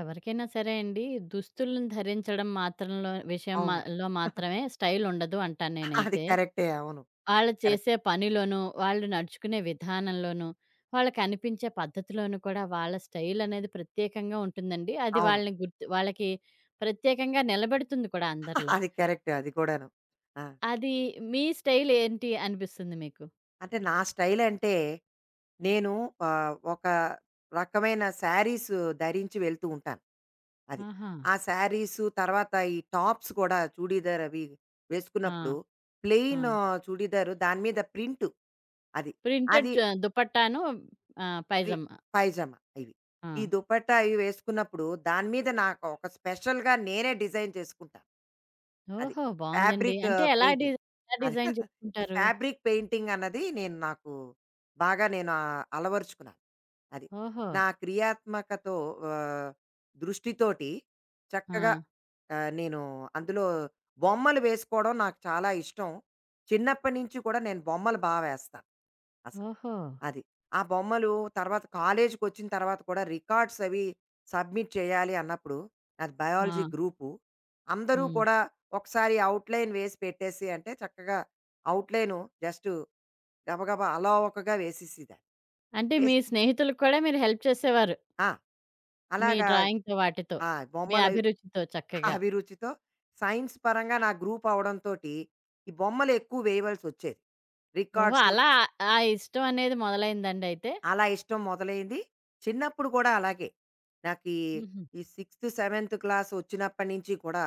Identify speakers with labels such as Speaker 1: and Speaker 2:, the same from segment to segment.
Speaker 1: ఎవరికైనా సరే అండి, దుస్తులను ధరించడం మాత్రంలో విషయం మా
Speaker 2: అవును.
Speaker 1: లో మాత్రమే స్టైల్ ఉండదు అంటాను
Speaker 2: అది
Speaker 1: నేనైతే.
Speaker 2: కరెక్టే. అవును.
Speaker 1: వాళ్ళు
Speaker 2: కరెక్ట్.
Speaker 1: చేసే పనిలోనూ, వాళ్ళు నడుచుకునే విధానంలోనూ, వాళ్ళకి అనిపించే పద్ధతిలోనూ కూడా వాళ్ళ స్టైల్ అనేది ప్రత్యేకంగా ఉంటుందండి. అది
Speaker 2: అవును.
Speaker 1: వాళ్ళని గుర్తు వాళ్ళకి ప్రత్యేకంగా నిలబెడుతుంది కూడా అందరిలో.
Speaker 2: అది కరెక్ట్. అది కూడాను. ఆ!
Speaker 1: అది మీ స్టైల్ ఏంటి అనిపిస్తుంది మీకు?
Speaker 2: అంటే నా స్టైల్ అంటే నేను ఒక రకమైన శారీస్ ధరించి వెళ్తూ ఉంటాను. అది.
Speaker 1: ఆహా!
Speaker 2: ఆ శారీసు తర్వాత ఈ టాప్స్ కూడా చూడీదార్ అవి వేసుకున్నప్పుడు
Speaker 1: ఆ! ఆ!
Speaker 2: ప్లెయిన్ చూడీదారు దాని మీద ప్రింట్ అది.
Speaker 1: ప్రింటెడ్
Speaker 2: అది
Speaker 1: చ దుపట్టాను
Speaker 2: ప్రి
Speaker 1: పైజామా.
Speaker 2: పైజామా ఇవి.
Speaker 1: ఆ!
Speaker 2: ఈ దుపట్టా ఇవి వేసుకున్నప్పుడు దాని మీద నాకు ఒక స్పెషల్‌గా నేనే డిజైన్ చేసుకుంటాను. అది.
Speaker 1: ఓహో! బావుందండి.
Speaker 2: ఫ్యాబ్రిక్
Speaker 1: అంటే ఎలా డి
Speaker 2: పెయింటింగ్.
Speaker 1: ఎలా
Speaker 2: అది.
Speaker 1: డిజైన్
Speaker 2: ఈ
Speaker 1: చేసుకుంటారు?
Speaker 2: ఫ్యాబ్రిక్ పెయింటింగ్ అన్నది నాకు బాగా నేను అలవరుచుకున్నాను. అది.
Speaker 1: ఓహో!
Speaker 2: నా క్రియాత్మకతో ఆహ్, దృష్టితోటి
Speaker 1: ఆ!
Speaker 2: చక్కగా నేను అందులో బొమ్మలు వేసుకోవడం నాకు చాలా ఇష్టం. చిన్నప్పటి నుంచి కూడా నేను బొమ్మలు బా వేస్తాను. అసలు.
Speaker 1: ఓహో!
Speaker 2: అది. ఆ బొమ్మలు తర్వాత కాలేజీకొచ్చిన తర్వాత కూడా రికార్డ్స్ అవి సబ్మిట్ చేయాలి అన్నప్పుడు, నాది
Speaker 1: ఆ!
Speaker 2: Biology group. అందరూ
Speaker 1: హ్మ్.
Speaker 2: కూడా ఒకసారి అవుట్‌లైన్ వేసి పెట్టేసి అంటే చక్కగా అవుట్‌లైను జస్టు గబగబా అలవోకగా వేసేసేదాన్ని.
Speaker 1: అంటే మీ
Speaker 2: వేసి
Speaker 1: స్నేహితులకు కూడా మీరు హెల్ప్ చేసేవారు.
Speaker 2: ఆ!
Speaker 1: మీ
Speaker 2: అలాగా
Speaker 1: డ్రాయింగ్‌తో వాటితో.
Speaker 2: ఆ!
Speaker 1: మీ
Speaker 2: బొమ్మలవి
Speaker 1: అభిరుచితో చక్కగా.
Speaker 2: అభిరుచితో సైన్స్ పరంగా నా గ్రూప్ అవ్వడంతోటి, ఈ బొమ్మలెక్కువ వేయవలసొచ్చేది.
Speaker 1: ఓహో!
Speaker 2: రికార్డ్స్
Speaker 1: అలా ఆ ఆ ఇష్టం అనేది మొదలైందండి అయితే.
Speaker 2: అలా ఇష్టం మొదలైంది. చిన్నప్పుడు కూడా అలాగే. నాకీ ఈ
Speaker 1: హుహు.
Speaker 2: ఈ సిక్స్త్, సెవెంత్ క్లాస్ వచ్చినప్పటి నుంచి కూడా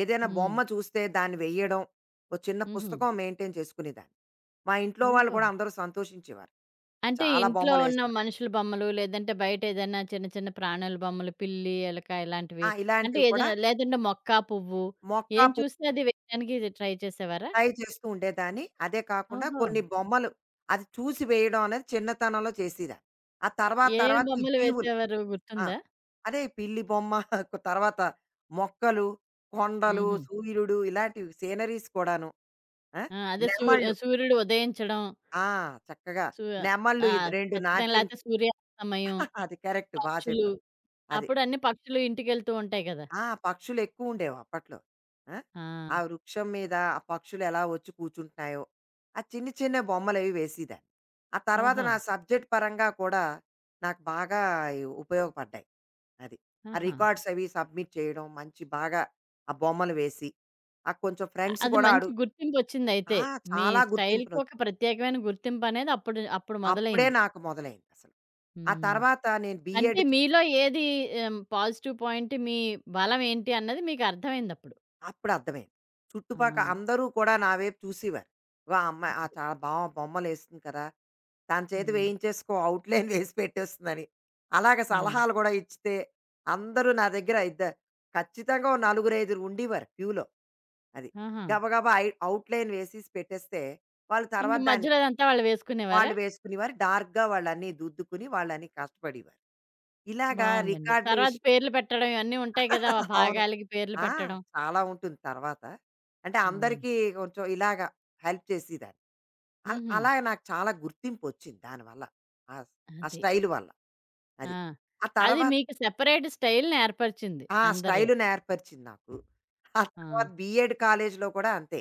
Speaker 2: ఏదైనా
Speaker 1: హ్మ్.
Speaker 2: బొమ్మ చూస్తే దాన్ని వెయ్యడం. ఒక చిన్న
Speaker 1: హుహు.
Speaker 2: పుస్తకం మెయింటైన్ చేసుకునేదాన్ని. మా ఇంట్లో వాళ్ళు
Speaker 1: ఓహో!
Speaker 2: కూడా అందరూ సంతోషించేవారు.
Speaker 1: అంటే
Speaker 2: చాలా
Speaker 1: ఇంట్లో ఉన్న
Speaker 2: బొమ్మలేస్తున్నా
Speaker 1: మనుషుల బొమ్మలు లేదంటే బయట ఏదైనా చిన్న చిన్న ప్రాణుల బొమ్మలు పిల్లి, ఎలక
Speaker 2: ఆ!
Speaker 1: ఇలాంటివి అంటే
Speaker 2: ఇలాంటివి కూడా
Speaker 1: ఏదైనా లేదంటే మొక్క, పువ్వు
Speaker 2: మొక్క,
Speaker 1: ఏం
Speaker 2: పువ్వు
Speaker 1: చూస్తే అది వేయడానికి ట్రై చేసేవారా?
Speaker 2: ట్రై చేస్తూ ఉండేదాన్ని. అదే కాకుండా
Speaker 1: ఓహో!
Speaker 2: కొన్ని బొమ్మలు అది చూసి వేయడం అనేది చిన్నతనంలో చేసేదాన్ని. ఆ తర్వాత
Speaker 1: ఏం
Speaker 2: తర్వాత ఈ
Speaker 1: బొమ్మలు
Speaker 2: జీవులు
Speaker 1: వేసేవారు
Speaker 2: ఆ!
Speaker 1: గుర్తుందా?
Speaker 2: అదే పిల్లి బొమ్మ తర్వాత మొక్కలు, కొండలు,
Speaker 1: హుహు.
Speaker 2: సూర్యుడు ఇలాంటివి సీనరీస్ కూడాను. ఆ!
Speaker 1: ఆ! అదే
Speaker 2: నెమళ్ళు
Speaker 1: సూర్యుడు ఉదయించడం.
Speaker 2: ఆ! చక్కగా
Speaker 1: సూ
Speaker 2: నెమళ్ళు
Speaker 1: ఆ!
Speaker 2: ఇది 2
Speaker 1: ఖచ్చితంగా
Speaker 2: నాట్యం
Speaker 1: లేతే సూర్యాస్తమయం,
Speaker 2: అది కరెక్ట్ బా
Speaker 1: పక్షులు.
Speaker 2: చెప్పావు. అది.
Speaker 1: అప్పుడు అన్ని పక్షులు ఇంటికెళ్తూ ఉంటాయి కదా!
Speaker 2: ఆ! పక్షులు ఎక్కువ ఉండేవి అప్పట్లో. ఆ!
Speaker 1: ఆ!
Speaker 2: ఆ వృక్షం మీద ఆ పక్షులు ఎలా వచ్చి కూర్చుంటున్నాయో, ఆ చిన్న చిన్న బొమ్మలవి వేసేదాన్ని. ఆ తర్వాత
Speaker 1: ఓహో!
Speaker 2: నా సబ్జెక్ట్ పరంగా కూడా నాకు బాగా ఈ ఉపయోగపడ్డాయి. అది. ఆ
Speaker 1: ఆహా!
Speaker 2: రికార్డ్స్ అవి సబ్మిట్ చేయడం మంచి బాగా ఆ బొమ్మలు వేసి, ఆ కొంచెం ఫ్రెండ్స్
Speaker 1: అది
Speaker 2: కూడా
Speaker 1: మంచి
Speaker 2: అడుగు
Speaker 1: గుర్తింపొచ్చిందయితే.
Speaker 2: ఆ!
Speaker 1: మీ
Speaker 2: చాలా
Speaker 1: స్టైల్‌కి ఒక
Speaker 2: గుర్తింపునొచ్చింది.
Speaker 1: ప్రత్యేకమైన గుర్తింపనేది అప్పుడు అప్పుడు
Speaker 2: అప్పుడే
Speaker 1: మొదలైంది.
Speaker 2: నాకు మొదలైందసలు. ఆ
Speaker 1: హ్మ్.
Speaker 2: తర్వాత నేను
Speaker 1: అంటే
Speaker 2: బీఎడ్
Speaker 1: మీలో ఏది పాజిటివ్ పాయింట్ మీ బలం ఏంటి అన్నది మీకు అర్థమైందప్పుడు.
Speaker 2: అప్పుడు అర్థమైంది.
Speaker 1: ఆ!
Speaker 2: చుట్టుపక్క అందరూ కూడా నా వైపు చూసేవారు. "వా! అమ్మాయి ఆ
Speaker 1: అది.
Speaker 2: చాలా బా బొమ్మలేస్తుంది కదా! తన చేత
Speaker 1: హ్మ్.
Speaker 2: వేయించేసుకో అవుట్‌లైన్ వేసి పెట్టేస్తుందని." అలాగ
Speaker 1: హ్మ్.
Speaker 2: సలహాలు గూడా ఇచ్చితే అందరూ నా దగ్గర ఇద్ద ఖచ్చితంగా ఓ నలుగురైదుగురు ఉండేవారు క్యూలో. అది.
Speaker 1: ఆహా!
Speaker 2: గబగబా ఐ అవుట్‌లైన్ వేసేసి పెట్టేస్తే, వాళ్ళు
Speaker 1: ఇంక
Speaker 2: తర్వాత దాన్ని
Speaker 1: మధ్యలో అదంతా వాళ్ళు
Speaker 2: వాళ్ళు
Speaker 1: వేసుకునేవారా?
Speaker 2: వేసుకునేవారు. డార్క్‌గా వాళ్ళన్నీ దుద్దుకుని వాళ్ళన్నీ కష్టపడేవారు. ఇలాగా
Speaker 1: బావుందండి.
Speaker 2: రికార్డులు
Speaker 1: తర్వాత
Speaker 2: విష్
Speaker 1: పేర్లు పెట్టడం ఇవన్నీ ఉంటాయి కదా! ఆ
Speaker 2: అవును.
Speaker 1: భాగాలకి పేర్లు
Speaker 2: ఆ!
Speaker 1: పెట్టడం.
Speaker 2: చాలా ఉంటుంది తర్వాత. అంటే
Speaker 1: హ్మ్.
Speaker 2: అందరికీ కొంచెం ఇలాగా హెల్ప్ చేసేదాన్ని. అల్
Speaker 1: హుహు.
Speaker 2: అలాగ నాకు చాలా గుర్తింపొచ్చింది దానివల్ల. ఆ స్ ఆ
Speaker 1: అది.
Speaker 2: స్టైల్ వల్ల. అది.
Speaker 1: ఆ!
Speaker 2: ఆ
Speaker 1: అది
Speaker 2: తర్వాత
Speaker 1: మీకు సెపరేట్ స్టైల్‌ని ఏర్పరిచింది
Speaker 2: ఆ!
Speaker 1: అందరిలో.
Speaker 2: స్టైలు నేర్పరిచింది నాకు. ఆ
Speaker 1: ఆ!
Speaker 2: తర్వాత బీఎడ్ కాలేజ్‌లో కూడా అంతే.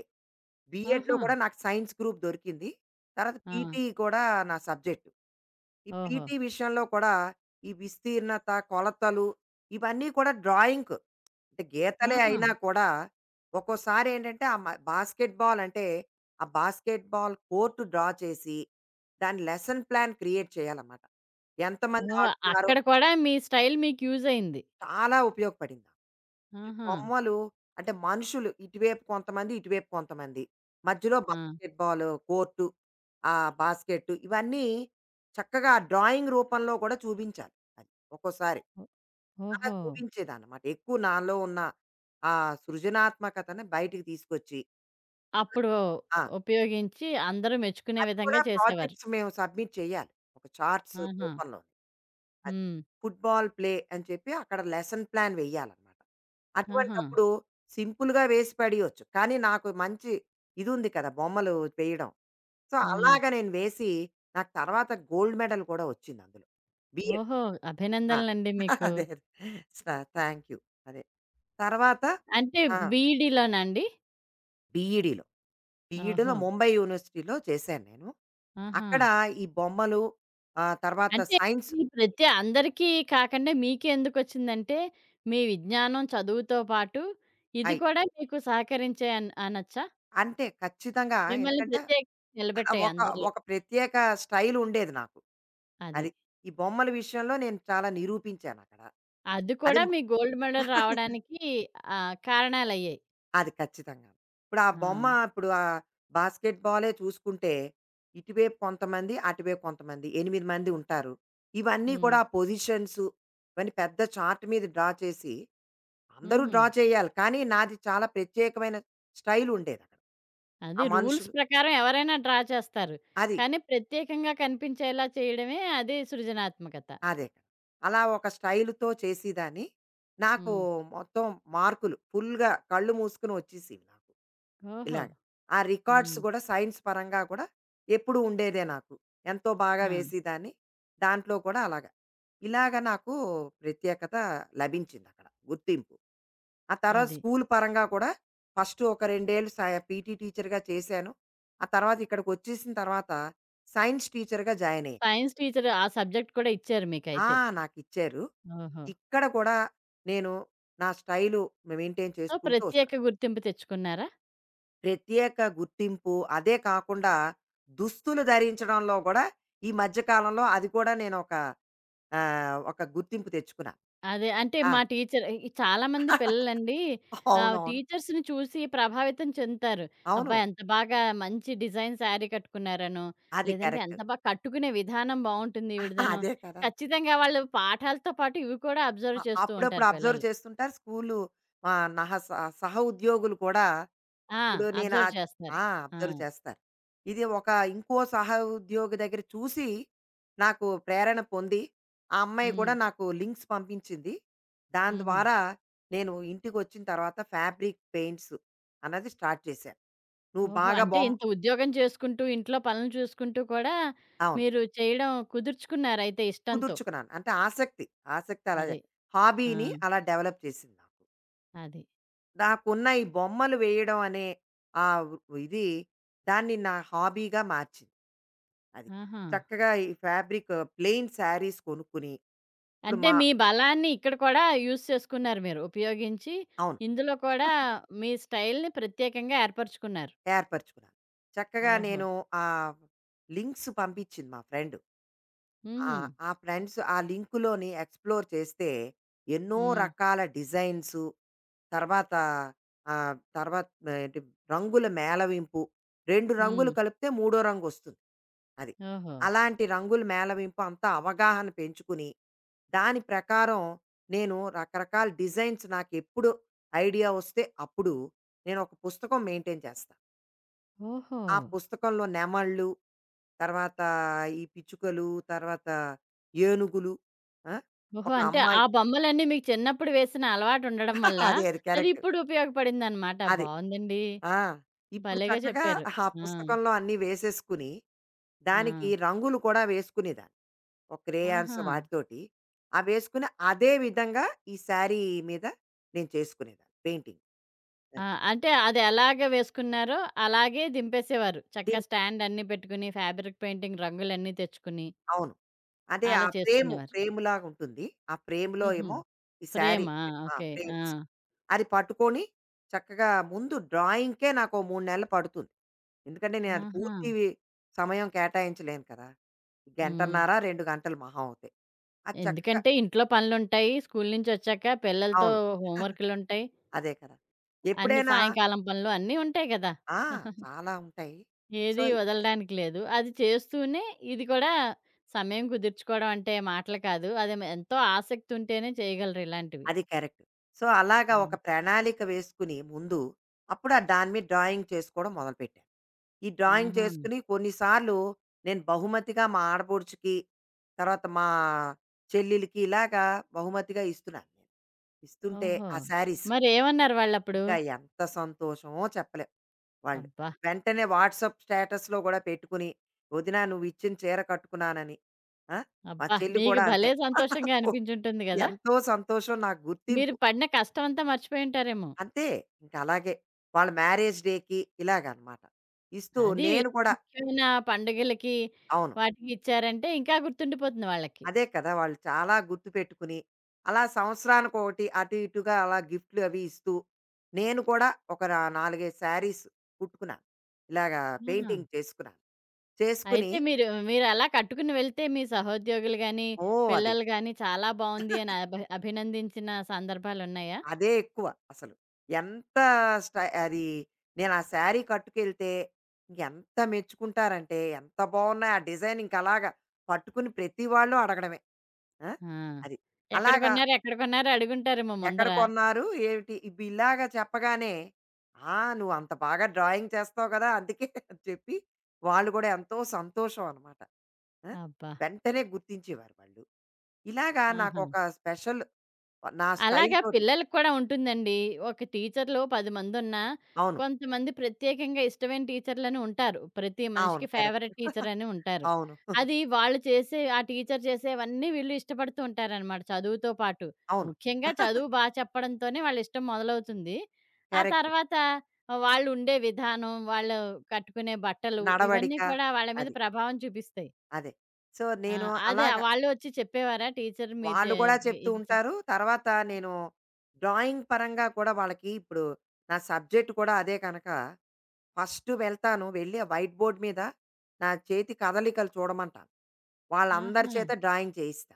Speaker 2: బీఎడ్‌లో
Speaker 1: ఆహా!
Speaker 2: కూడా నాకు సైన్స్ గ్రూప్ దొరికింది. తర్వాత
Speaker 1: ఆ!
Speaker 2: పీటీ కూడా నా సబ్జెక్టు. ఈ
Speaker 1: ఓహో!
Speaker 2: పీటీ విషయంలో కూడా ఈ విస్తీర్ణత, కొలతలు ఇవన్నీ కూడా డ్రాయింగ్‌కు అంటే గీతలే
Speaker 1: ఆహా!
Speaker 2: అయినా కూడా ఒక్కోసారి ఏంటంటే బాస్కెట్ బాల్ అంటే ఆ బాస్కెట్ బాల్ కోర్టు డ్రా చేసి దాని లెసన్ ప్లాన్ క్రియేట్ చేయాలన్నమాట ఎంతమంది
Speaker 1: ఓహ్!
Speaker 2: ఆడుతున్నారో
Speaker 1: అక్కడ కూడా మీ స్టైల్ మీకు యూజ్ అయింది.
Speaker 2: చాలా ఉపయోగపడింది ఈ
Speaker 1: ఆహా!
Speaker 2: బొమ్మలు అంటే మనుషులు ఇటువైపు కొంతమంది ఇటువైపు కొంతమంది మధ్యలో
Speaker 1: ఆ!
Speaker 2: బాస్కెట్ బాల్ కోర్టు ఆ బాస్కెట్ ఇవన్నీ చక్కగా డ్రాయింగ్ రూపంలో కూడా చూపించాలి అది ఒక్కోసారి
Speaker 1: ఓ
Speaker 2: అలా
Speaker 1: ఓహో!
Speaker 2: చూపించేదనమాట. ఎక్కువ నాలో ఉన్న ఆ సృజనాత్మకతని బయటికి తీసుకొచ్చి
Speaker 1: అప్పుడు
Speaker 2: ఆ!
Speaker 1: ఉపయోగించి అందరూ మెచ్చుకునే
Speaker 2: అది కూడా
Speaker 1: విధంగా చేసేవారు.
Speaker 2: ప్రాజెక్ట్స్ మేము సబ్మిట్ చేయాలి. ఒక చార్ట్స్
Speaker 1: ఆహా!
Speaker 2: రూపంలో. అది.
Speaker 1: హ్మ్.
Speaker 2: ఫుట్‌బాల్ ప్లే అని చెప్పి అక్కడ లెసన్ ప్లాన్ వెయ్యాలనమాట.
Speaker 1: ఆహా!
Speaker 2: అటువంటప్పుడు సింపుల్‌గా వేసి పడేయొచ్చు. కానీ నాకు మంచి ఇదుంది కదా! బొమ్మలు వేయడం. సో,
Speaker 1: హ్మ్.
Speaker 2: అలాగ నేను వేసి నాకు తర్వాత గోల్డ్ మెడల్ కూడా వచ్చింది అందులో. బిఎడ్.
Speaker 1: ఓహో!
Speaker 2: ఆ!
Speaker 1: అభినందనలండి మీకు.
Speaker 2: అదే. స థాంక్ యూ. అదే. తర్వాత
Speaker 1: అంటే
Speaker 2: ఆ!
Speaker 1: బీఈడీలోనండి?
Speaker 2: బీఈడీలో. బీఈడీలో
Speaker 1: ఓహో!
Speaker 2: ముంబై యూనివర్సిటీలో చేశాను నేను.
Speaker 1: ఆహా!
Speaker 2: అక్కడ ఈ బొమ్మలు తర్వాత
Speaker 1: అంటే
Speaker 2: సైన్స్
Speaker 1: ఈ ప్రతి అందరికీ కాకుండా మీకే ఎందుకొచ్చిందంటే, మీ విజ్ఞానం, చదువుతో పాటు ఇది
Speaker 2: అయి
Speaker 1: కూడా మీకు సహకరించాయి అనొచ్చా?
Speaker 2: అంటే ఖచ్చితంగా
Speaker 1: మిమ్మల్ని
Speaker 2: ఎందుకంటే
Speaker 1: ప్రత్యేకంగా నిలబెట్టాయి
Speaker 2: ఒక
Speaker 1: అందరిలో.
Speaker 2: ఒక ప్రత్యేక స్టైల్ ఉండేది నాకు. అది.
Speaker 1: అది.
Speaker 2: ఈ బొమ్మల విషయంలో నేను చాలా నిరూపించానక్కడ.
Speaker 1: అది
Speaker 2: అది
Speaker 1: కూడా
Speaker 2: మ
Speaker 1: మీ గోల్డ్ మెడల్ రావడానికి కారణాలయ్యాయి.
Speaker 2: అది ఖచ్చితంగా.
Speaker 1: ఆ!
Speaker 2: ఇప్పుడు ఆ బాస్కెట్ బాలే చూసుకుంటే, ఇటువైపు కొంతమంది, అటువైపు కొంతమంది 8 మంది ఉంటారు. ఇవన్నీ
Speaker 1: హ్మ్.
Speaker 2: కూడా ఆ పొజిషన్స్ ఇవన్నీ పెద్ద చార్ట్ మీద డ్రా చేసి, అందరూ
Speaker 1: హుహు.
Speaker 2: డ్రా చేయాలి. కానీ నాది చాలా ప్రత్యేకమైన స్టైల్ ఉండేదక్కడ. ఆ
Speaker 1: అది రూల్స్
Speaker 2: మనుషులు
Speaker 1: ప్రకారం ఎవరైనా డ్రా చేస్తారు.
Speaker 2: అది.
Speaker 1: కానీ ప్రత్యేకంగా కనిపించేలా చేయడమే అదే సృజనాత్మకత.
Speaker 2: అదే కదా! అలా ఒక స్టైల్‌తో చేసేదాన్ని. నాకు
Speaker 1: హ్మ్.
Speaker 2: మొత్తం మార్కులు ఫుల్‌గా కళ్ళు మూసుకొని వచ్చేసేవి నాకు.
Speaker 1: ఓహో!
Speaker 2: ఇలాగ. ఆ రికార్డ్స్
Speaker 1: హ్మ్.
Speaker 2: గూడా సైన్స్ పరంగా కూడా ఎప్పుడూ ఉండేదే నాకు. ఎంతో బాగా
Speaker 1: ఆ!
Speaker 2: వేసేదాన్ని. దాంట్లో కూడా అలాగా. ఇలాగ నాకు ప్రత్యేకత లభించిందక్కడ. గుర్తింపు. ఆ తర్వాత
Speaker 1: అది.
Speaker 2: స్కూల్ పరంగా కూడా ఫస్ట్ ఒక రెండేళ్ళు సై పీటీ టీచర్‌గా చేశాను. ఆ తర్వాత ఇక్కడికొచ్చేసిన తర్వాత సైన్స్ టీచర్‌గా జాయినయ్యాను.
Speaker 1: సైన్స్ టీచర్ ఆ సబ్జెక్ట్ కూడా ఇచ్చారు
Speaker 2: ఆ!
Speaker 1: మీకైతే.
Speaker 2: నాకిచ్చారు.
Speaker 1: ఓహో!
Speaker 2: ఇక్కడ కూడా నేను నా స్టైలు మెయింటైన్
Speaker 1: సో,
Speaker 2: చేసుకుంటూ
Speaker 1: ప్రత్యేక
Speaker 2: వస్తాను.
Speaker 1: గుర్తింపు తెచ్చుకున్నారా?
Speaker 2: ప్రత్యేక గుర్తింపు అదే కాకుండా దుస్తులు ధరించడంలో గూడా ఈ మధ్య కాలంలో అది కూడా నేనొక ఒక గుర్తింపు తెచ్చుకున్నాను.
Speaker 1: అదే అంటే
Speaker 2: ఆ!
Speaker 1: మా టీచర్ ఇ చాలామంది పిల్లలండి
Speaker 2: అవునవును.
Speaker 1: టీచర్స్‌ని చూసి ప్రభావితం చెందుతారు.
Speaker 2: అవును.
Speaker 1: అబ్బా! ఎంత బాగా మంచి డిజైన్ శారీ కట్టుకున్నారనో,
Speaker 2: అది
Speaker 1: లేదంటే
Speaker 2: కరెక్ట్.
Speaker 1: ఎంత బాగా కట్టుకునే విధానం బావుంటుంది ఈవిడదనో,
Speaker 2: అదే కదా!
Speaker 1: ఖచ్చితంగా వాళ్ళు పాఠాలతో పాటు ఇవి కూడా అబ్జర్వ్ చేస్తూ
Speaker 2: అప్పుడప్పుడు
Speaker 1: ఉంటారు
Speaker 2: అబ్జర్వ్
Speaker 1: పిల్లలు.
Speaker 2: చేస్తుంటారు. స్కూలు మా నహ స సహ ఉద్యోగులు కూడా
Speaker 1: ఆ!
Speaker 2: ఇప్పుడు నేను ఆ
Speaker 1: అబ్జర్వ్ చేస్తారు.
Speaker 2: ఆ!
Speaker 1: ఆ!
Speaker 2: అబ్జర్వ్ చేస్తారు. ఇది ఒక ఇంకో సహ ఉద్యోగి దగ్గర చూసి, నాకు ప్రేరణ పొంది, ఆ అమ్మాయి కూడా
Speaker 1: హ్మ్.
Speaker 2: నాకు లింక్స్ పంపించింది. దాని
Speaker 1: హుహు.
Speaker 2: ద్వారా నేను ఇంటికొచ్చిన తర్వాత ఫ్యాబ్రిక్ పెయింట్స్ అన్నది స్టార్ట్ చేశాను. నువ్వు
Speaker 1: ఓహో!
Speaker 2: బాగా
Speaker 1: అంటే
Speaker 2: బొమ్మ
Speaker 1: ఇంత ఉద్యోగం చేసుకుంటూ, ఇంట్లో పనులు చూసుకుంటూ కూడా
Speaker 2: అవును.
Speaker 1: మీరు చేయడం కుదుర్చుకున్నారయితే ఇష్టంతో.
Speaker 2: కుదుర్చుకున్నాను. అంటే ఆసక్తి, ఆసక్తి అలా
Speaker 1: అది. ఆ!
Speaker 2: హాబీని అలా డెవలప్ చేసింది నాకు.
Speaker 1: అది.
Speaker 2: నాకున్న ఈ బొమ్మలు వేయడం అనే ఇది దాన్ని నా హాబీగా మార్చింది అది
Speaker 1: ఆహా!
Speaker 2: చక్కగా ఈ ఫ్యాబ్రిక్ ప్లెయిన్ శారీస్ కొనుక్కుని ఇప్పుడు
Speaker 1: అంటే
Speaker 2: మా
Speaker 1: మీ బలాన్ని ఇక్కడ కూడా యూజ్ చేసుకున్నారు మీరు. ఉపయోగించి
Speaker 2: అవును
Speaker 1: ఇందులో కూడా మీ స్టైల్‌ని ప్రత్యేకంగా ఏర్పరుచుకున్నారు.
Speaker 2: ఏర్పరచుకున్నాను చక్కగా
Speaker 1: ఓహో!
Speaker 2: నేను ఆ లింక్స్ పంపించింది మా ఫ్రెండ్ ఆ
Speaker 1: హుహు.
Speaker 2: ఆ ఫ్రెండ్స్ ఆ లింకులోని ఎక్స్ప్లోర్ చేస్తే ఎన్నో
Speaker 1: హ్మ్.
Speaker 2: రకాల డిజైన్స్ తర్వాత ఆ, తర్వాత ఏంటి రంగుల మేళవింపు రెండు రంగులు
Speaker 1: హ్మ్.
Speaker 2: కలిపితే మూడో రంగు వస్తుంది అది.
Speaker 1: ఓహో!
Speaker 2: అలాంటి రంగుల మేళవింపు అంతా అవగాహన పెంచుకుని, దాని ప్రకారం నేను రకరకాల డిజైన్స్ నాకెప్పుడు ఐడియా వస్తే అప్పుడు నేనొక పుస్తకం మెయింటైన్ చేస్తా.
Speaker 1: ఓహో!
Speaker 2: ఆ పుస్తకంలో నెమళ్ళు, తర్వాత ఈ పిచ్చుకలు, తర్వాత ఏనుగులు ఆ!
Speaker 1: ఓహో!
Speaker 2: ఒక
Speaker 1: అంటే
Speaker 2: అమ్మాయి
Speaker 1: ఆ బొమ్మలన్నీ మీకు చిన్నప్పుడు వేసిన అలవాటుండడం వల్ల,
Speaker 2: అదే అది
Speaker 1: అది
Speaker 2: కరెక్ట్.
Speaker 1: ఇప్పుడు ఉపయోగపడిందనమాట.
Speaker 2: అది.
Speaker 1: బావుందండి.
Speaker 2: ఆ! ఇప్పుడు
Speaker 1: భలేగా
Speaker 2: చక్కగా
Speaker 1: చెప్పారు.
Speaker 2: ఆ
Speaker 1: ఆ!
Speaker 2: పుస్తకంలో అన్నీ వేసేసుకుని,
Speaker 1: ఆ!
Speaker 2: దానికి రంగులు కూడా వేసుకునేదాన్ని. ఒక క్రేయాన్స్
Speaker 1: ఆహా!
Speaker 2: వాటితోటి. అవేసుకుని అదే విధంగా ఈ శారీ మీద నేను చేసుకునేదాన్ని పెయింటింగ్.
Speaker 1: ఆ!
Speaker 2: అది.
Speaker 1: అంటే అదెలాగ వేసుకున్నారో అలాగే దింపేసేవారు. చక్క
Speaker 2: దీనికి
Speaker 1: స్టాండ్ అన్నీ పెట్టుకుని, ఫ్యాబ్రిక్ పెయింటింగ్ రంగులన్నీ తెచ్చుకుని,
Speaker 2: అవును. అదే
Speaker 1: అలా చేసుకునేవారు.
Speaker 2: ఫ్రేమ్‌లాగా ఉంటుంది. ఆ ఫ్రేమ్‌లో
Speaker 1: హుహు.
Speaker 2: ఏమో ఈ శారీ
Speaker 1: ఫ్రేమా?
Speaker 2: పెట్ ఆ!
Speaker 1: ఓకే. ఆ!
Speaker 2: ఫ్రేమ్స్. అది పట్టుకొని చక్కగా ముందు డ్రాయింగ్‌కే నాకో 3 నెలలు పడుతుంది. ఎందుకంటే నేను అది
Speaker 1: ఆహా!
Speaker 2: పూర్తి సమయం కేటాయించలేను కదా!
Speaker 1: హ్మ్.
Speaker 2: గంటన్నర, 2 గంటలు మహా అవుతాయి. అది చక్కగా
Speaker 1: ఎందుకంటే ఇంట్లో పనులుంటాయి. స్కూలు నుంచొచ్చాక పిల్లలతో
Speaker 2: అవును.
Speaker 1: హోంవర్కులుంటాయి.
Speaker 2: అదే కదా!
Speaker 1: అన్ని
Speaker 2: ఎప్పుడైనా
Speaker 1: సాయంకాలం పనులు అన్నీ ఉంటాయి గదా!
Speaker 2: ఆ! చాలా ఉంటాయి. సో
Speaker 1: ఏది వదలడానికి లేదు. అది చేస్తూనే ఇది కూడా సమయం కుదుర్చుకోవడం అంటే మాటలు కాదు. అది మ ఎంతో ఆసక్తుంటేనే చేయగలరు ఇలాంటివి.
Speaker 2: అది కరెక్ట్. సో, అలాగా ఒక
Speaker 1: హ్మ్.
Speaker 2: ప్రణాళిక వేసుకుని ముందు, అప్పుడు ఆ దాని మీద డ్రాయింగ్ చేసుకోవడం మొదలుపెట్టాను. ఈ డ్రాయింగ్
Speaker 1: ఆహా!
Speaker 2: చేసుకుని కొన్నిసార్లు నేను బహుమతిగా మా ఆడపడుచుకి, తర్వాత మా చెల్లెలికి ఇలాగా బహుమతిగా ఇస్తున్నాను. నేను ఇస్తుంటే
Speaker 1: ఓహో!
Speaker 2: ఆ శారీస్
Speaker 1: మరేమన్నారు వాళ్ళప్పుడు?
Speaker 2: ఇంకా ఎంత సంతోషమో చెప్పలేం వాళ్ళు.
Speaker 1: అబ్బా!
Speaker 2: వెంటనే వాట్సాప్ స్టేటస్‌లో గూడా పెట్టుకుని, "వదిన నువ్విచ్చిన చీర కట్టుకున్నానని." ఆ! మా
Speaker 1: అబ్బా!
Speaker 2: చెల్లి
Speaker 1: మీకు
Speaker 2: కూడా అంతే.
Speaker 1: భలే సంతోషంగా అనిపించుంటుంది గదా!
Speaker 2: ఎంతో సంతోషం నాకు
Speaker 1: మీరు
Speaker 2: గుర్తింపు.
Speaker 1: పడిన కష్టమంతా మర్చిపోయుంటారేమో.
Speaker 2: అంతే. ఇంకా అలాగే. వాళ్ళ మ్యారేజ్ డేకి ఇలాగనమాట. ఇస్తూ
Speaker 1: అది
Speaker 2: నేను
Speaker 1: ఇలాంటి
Speaker 2: కూడా
Speaker 1: ముఖ్యమైన పండుగలకి,
Speaker 2: అవును.
Speaker 1: వాటికి ఇచ్చారంటే ఇంకా గుర్తుండిపోతుంది వాళ్ళకి.
Speaker 2: అదే కదా! వాళ్ళు చాలా గుర్తుపెట్టుకుని, అలా సంవత్సరానికొకటి అటు ఇటుగా అలా గిఫ్ట్‌లు అవి ఇస్తూ, నేను కూడా ఒక రా 4, 5 శారీస్ కుట్టుకున్నాను. ఇలాగా
Speaker 1: ఆహా!
Speaker 2: పెయింటింగ్ చేసుకున్నాను. చేసుకుని
Speaker 1: అయితే మీరలా కట్టుకుని వెళ్తే మీ సహోద్యోగులు గాని,
Speaker 2: ఓహ్! అది.
Speaker 1: పిల్లలు గాని చాలా బావుంది అని అభినందించిన సందర్భాలున్నాయా?
Speaker 2: అదే ఎక్కువ అసలు. ఎంత స్ట అది నేను ఆ శారీ కట్టుకెళ్తే ఎంత మెచ్చుకుంటారంటే, ఎంత బావున్నాయి ఆ డిజైన్ ఇంకలాగా పట్టుకుని ప్రతి వాళ్ళు అడగడమే. ఆ!
Speaker 1: ఆ!
Speaker 2: అది. అలాగా
Speaker 1: ఎక్కడ కొన్నారు? అడుగుంటారేమో
Speaker 2: ఎక్కడ
Speaker 1: ముందర.
Speaker 2: కొన్నారు? ఏమిటి? ఇలాగ చెప్పగానే, "ఆ! నువ్వు అంత బాగా డ్రాయింగ్ చేస్తావు కదా! అందుకే" అని చెప్పి వాళ్ళు కూడా ఎంతో సంతోషం అనమాట. ఆ!
Speaker 1: అబ్బా!
Speaker 2: వెంటనే గుర్తించేవారు వాళ్ళు. ఇలాగా
Speaker 1: ఆహా!
Speaker 2: నాకొక స్పెషల్ నా స్టైల్
Speaker 1: అలాగా
Speaker 2: తోటి
Speaker 1: పిల్లలకి కూడా ఉంటుందండి. ఒక టీచర్‌లో 10 మందున్నా,
Speaker 2: అవును.
Speaker 1: కొంతమంది ప్రత్యేకంగా ఇష్టమైన టీచర్‌లని ఉంటారు. ప్రతి
Speaker 2: అవును.
Speaker 1: మనిషికి
Speaker 2: కరెక్ట్.
Speaker 1: ఫేవరెట్ టీచరని ఉంటారు.
Speaker 2: అవును.
Speaker 1: అది వాళ్ళు చేసే ఆ టీచర్ చేసేవన్నీ వీళ్ళు ఇష్టపడుతూ ఉంటారనమాట చదువుతో పాటు.
Speaker 2: అవును.
Speaker 1: ముఖ్యంగా చదువు బా చెప్పడంతోనే వాళ్ళిష్టం మొదలవుతుంది. ఆ
Speaker 2: కరెక్ట్.
Speaker 1: తర్వాత వాళ్ళుండే విధానం, వాళ్ళు కట్టుకునే బట్టలు
Speaker 2: నడవడిక
Speaker 1: ఇవన్నీ కూడా వాళ్ళ మీద
Speaker 2: అది.
Speaker 1: ప్రభావం చూపిస్తాయి.
Speaker 2: అదే. సో,
Speaker 1: ఆ!
Speaker 2: నేను
Speaker 1: అదే
Speaker 2: అలాగ
Speaker 1: వాళ్ళు వచ్చి చెప్పేవారా టీచర్ మీరు
Speaker 2: వాళ్ళు
Speaker 1: చే
Speaker 2: కూడా చెప్తూ
Speaker 1: ఇది చ
Speaker 2: ఉంటారు. తర్వాత నేను డ్రాయింగ్ పరంగా కూడా వాళ్ళకి ఇప్పుడు నా సబ్జెక్ట్ కూడా అదే కనుక ఫస్ట్ వెళ్తాను. వెళ్ళి ఆ వైట్ బోర్డ్ మీద నా చేతి కదలికలు చూడమంటాను. వాళ్ళందరి
Speaker 1: ఆహా!
Speaker 2: చేత డ్రాయింగ్ చేయిస్తా.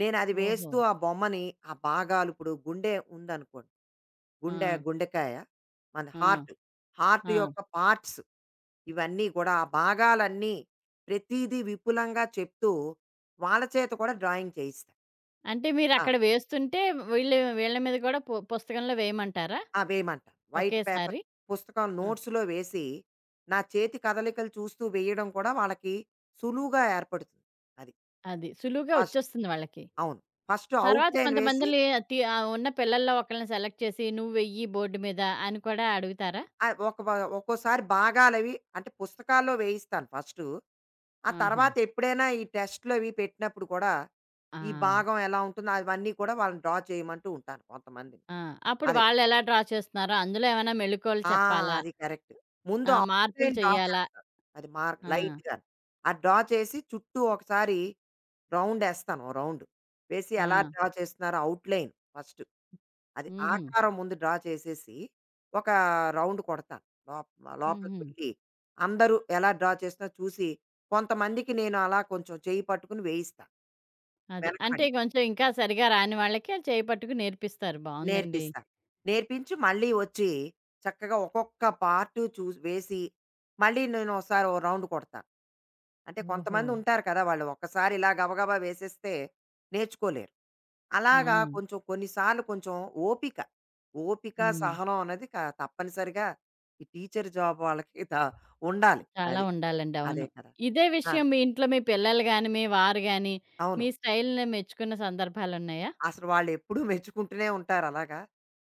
Speaker 2: నేను అది
Speaker 1: ఓహో!
Speaker 2: వేస్తూ ఆ బొమ్మని ఆ భాగాలు ఇప్పుడు గుండె ఉందనుకోండి.
Speaker 1: ఆ!
Speaker 2: గుండె గుండెకాయ, మన
Speaker 1: ఆ!
Speaker 2: హార్ట్, హార్ట్
Speaker 1: ఆ!
Speaker 2: యొక్క పార్ట్స్ ఇవన్నీ కూడా ఆ భాగాలన్నీ ప్రతీదీ విపులంగా చెప్తూ వాళ్ళ చేత కూడా డ్రాయింగ్ చేయిస్తా.
Speaker 1: అంటే
Speaker 2: ఆ!
Speaker 1: మీరక్కడ వేస్తుంటే వీళ్ళ మీద కూడా పుస్తకంలో వేయమంటారా?
Speaker 2: ఆ! వేయమంటాను. వైట్ పేపర్
Speaker 1: ఒకేసారి?
Speaker 2: పుస్తకం
Speaker 1: ఆ!
Speaker 2: నోట్స్‌లో వేసి, నా చేతి కదలికలు చూస్తూ వేయడం కూడా వాళ్ళకి సులువుగా ఏర్పడుతుంది. అది.
Speaker 1: అది. సులువుగా
Speaker 2: ఫస్ట్
Speaker 1: వచ్చేస్తుంది వాళ్ళకి.
Speaker 2: అవును. ఫస్ట్
Speaker 1: తర్వాత
Speaker 2: ఔట్‌లైన్ వేసి
Speaker 1: కొంతమందిని ఉన్న పిల్లల్లో ఒకళ్ళని సెలెక్ట్ చేసి "నువ్వు వెయ్యి బోర్డు మీద" అని కూడా అడుగుతారా?
Speaker 2: ఒక వ ఒక్కోసారి భాగాలవి అంటే పుస్తకాల్లో వేయిస్తాను ఫస్టు. ఆ
Speaker 1: ఆహా!
Speaker 2: తర్వాత ఎప్పుడైనా ఈ టెస్ట్‌లవి పెట్టినప్పుడు కూడా,
Speaker 1: ఆ!
Speaker 2: ఈ భాగం ఎలా ఉంటుందో అవన్నీ కూడా వాళ్ళని డ్రా చేయమంటూ ఉంటాను కొంతమందిని.
Speaker 1: ఆ! అప్పుడు
Speaker 2: అదే.
Speaker 1: వాళ్ళెలా డ్రా చేస్తున్నారో అందులో ఏమైనా మెళకువలు
Speaker 2: ఆ!
Speaker 1: చెప్పాలా?
Speaker 2: అది కరెక్ట్. ముందు
Speaker 1: మార్పులు
Speaker 2: అవుట్‌లైన్ డ్రా
Speaker 1: చేయాలా?
Speaker 2: చేస్తాను. అది మార్క్
Speaker 1: ఆ!
Speaker 2: లైట్‌గా. ఆ డ్రా చేసి చుట్టూ ఒకసారి రౌండేస్తాను. ఓ రౌండ్ వేసి
Speaker 1: ఆ!
Speaker 2: ఎలా డ్రా చేస్తున్నారో అవుట్‌లైన్ ఫస్ట్. అది
Speaker 1: హుహు.
Speaker 2: ఆకారం ముందు డ్రా చేసేసి, ఒక రౌండ్ కొడతాను. లోపలికి
Speaker 1: హుహు.
Speaker 2: వెళ్ళి అందరూ ఎలా డ్రా చేస్తున్నారో చూసి, కొంతమందికి నేను అలా కొంచెం చెయ్యి పట్టుకుని వేయిస్తాను.
Speaker 1: అది. అంటే
Speaker 2: వెనకబడి.
Speaker 1: కొంచెం ఇంకా సరిగా రాని వాళ్ళకి అది చేయి పట్టుకు నేర్పిస్తారు. బావుందండి.
Speaker 2: నేర్పిస్తా. నేర్పించి మళ్ళీ వచ్చి చక్కగా ఒక్కొక్క పార్టు చూ వేసి మళ్ళీ నేను ఒకసారి ఓ రౌండ్ కొడతాను. అంటే
Speaker 1: ఓహో!
Speaker 2: కొంతమంది ఉంటారు కదా! వాళ్ళు ఒక్కసారి ఇలా గబగబా వేసేస్తే నేర్చుకోలేరు.
Speaker 1: ఆ!
Speaker 2: అలాగా కొంచెం కొన్ని సార్లు కొంచెం ఓపిక,
Speaker 1: హ్మ్.
Speaker 2: సహనం అన్నది తప్పనిసరిగా ఈ టీచర్ జాబ్ వాళ్ళకి ఉండాలి.
Speaker 1: చాలా
Speaker 2: అది.
Speaker 1: ఉండాలండి. అవును.
Speaker 2: అదే కదా!
Speaker 1: ఇదే
Speaker 2: ఆ!
Speaker 1: విషయం మీ ఇంట్లో మీ పిల్లలు గాని, మీ వారు గాని,
Speaker 2: అవును.
Speaker 1: మీ స్టైల్‌ని మెచ్చుకున్న సందర్భాలున్నాయా?
Speaker 2: అసలు వాళ్ళెప్పుడూ మెచ్చుకుంటూనే ఉంటారు అలాగా.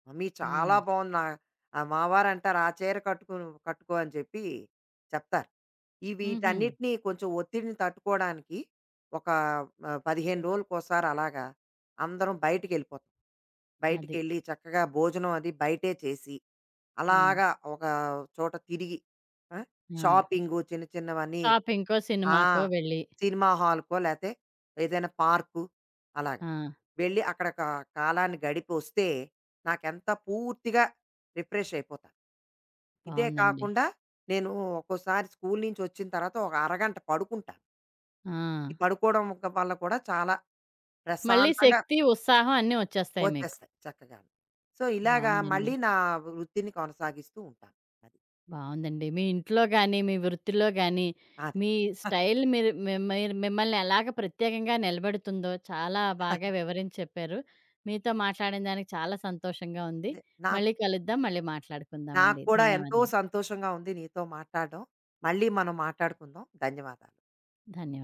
Speaker 2: మమ్మీ చాలా
Speaker 1: హ్మ్.
Speaker 2: బావుంది. నా మావారంటారు "ఆ చీర కట్టుకును కట్టుకో" అని చెప్పి చెప్తారు. ఈ
Speaker 1: హుహు.
Speaker 2: వీటన్నిటిని కొంచెం ఒత్తిడిని తట్టుకోవడానికి ఒక 15 రోజులకోసారి అలాగా అందరం బయటికెళ్ళిపోతాం.
Speaker 1: అది.
Speaker 2: బయటికెళ్ళి చక్కగా భోజనం అది బయటే చేసి,
Speaker 1: హ్మ్.
Speaker 2: అలాగా ఒక చోట తిరిగి ఆ!
Speaker 1: ఆ!
Speaker 2: షాపింగు చిన్న చిన్నవన్నీ
Speaker 1: షాపింగ్‌కో,
Speaker 2: ఆ!
Speaker 1: సినిమాకో వెళ్ళి.
Speaker 2: సినిమా హాల్‌కో లేతే ఏదైనా పార్కు అలాగ.
Speaker 1: ఆ!
Speaker 2: వెళ్ళి అక్కడ కా కాలాన్ని గడిపి వస్తే నాకెంత పూర్తిగా రిఫ్రెష్ అయిపోతాను. ఇదే
Speaker 1: బావుందండి.
Speaker 2: కాకుండా నేను ఒక్కోసారి స్కూల్ నుంచి వచ్చిన తర్వాత ఒక అరగంట పడుకుంటాను.
Speaker 1: ఆ!
Speaker 2: ఈ పడుకోవడం వల్ల కూడా చాలా
Speaker 1: మళ్ళీ
Speaker 2: ప్రశాంతంగా
Speaker 1: శక్తి, ఉత్సాహం అన్నీ వచ్చేస్తాయి మీకు.
Speaker 2: వచ్చేస్తాయి చక్కగాను. సో, ఇలాగా
Speaker 1: బావుందండి.
Speaker 2: మళ్ళీ నా వృత్తిని కొనసాగిస్తూ ఉంటాను. అది.
Speaker 1: బావుందండి. మీ ఇంట్లో గాని, మీ వృత్తిలో గాని,
Speaker 2: అదే.
Speaker 1: మీ స్టైల్ మీరు మిమ్మల్ని ఎలాగ ప్రత్యేకంగా నిలబెడుతుందో చాలా బాగా వివరించి చెప్పారు. మీతో మాట్లాడిన దానికి చాలా సంతోషంగా ఉంది.
Speaker 2: అదే. నాకు
Speaker 1: మళ్ళీ కలుద్దాం. మళ్ళీ
Speaker 2: నాకు
Speaker 1: మాట్లాడుకుందామండి.
Speaker 2: కూడా ఎంతో
Speaker 1: ధన్యవాదాలు.
Speaker 2: సంతోషంగా ఉంది నీతో మాట్లాడడం. మళ్ళీ మనం మాట్లాడుకుందాం. ధన్యవాదాలు.
Speaker 1: ధన్యవాదాలు.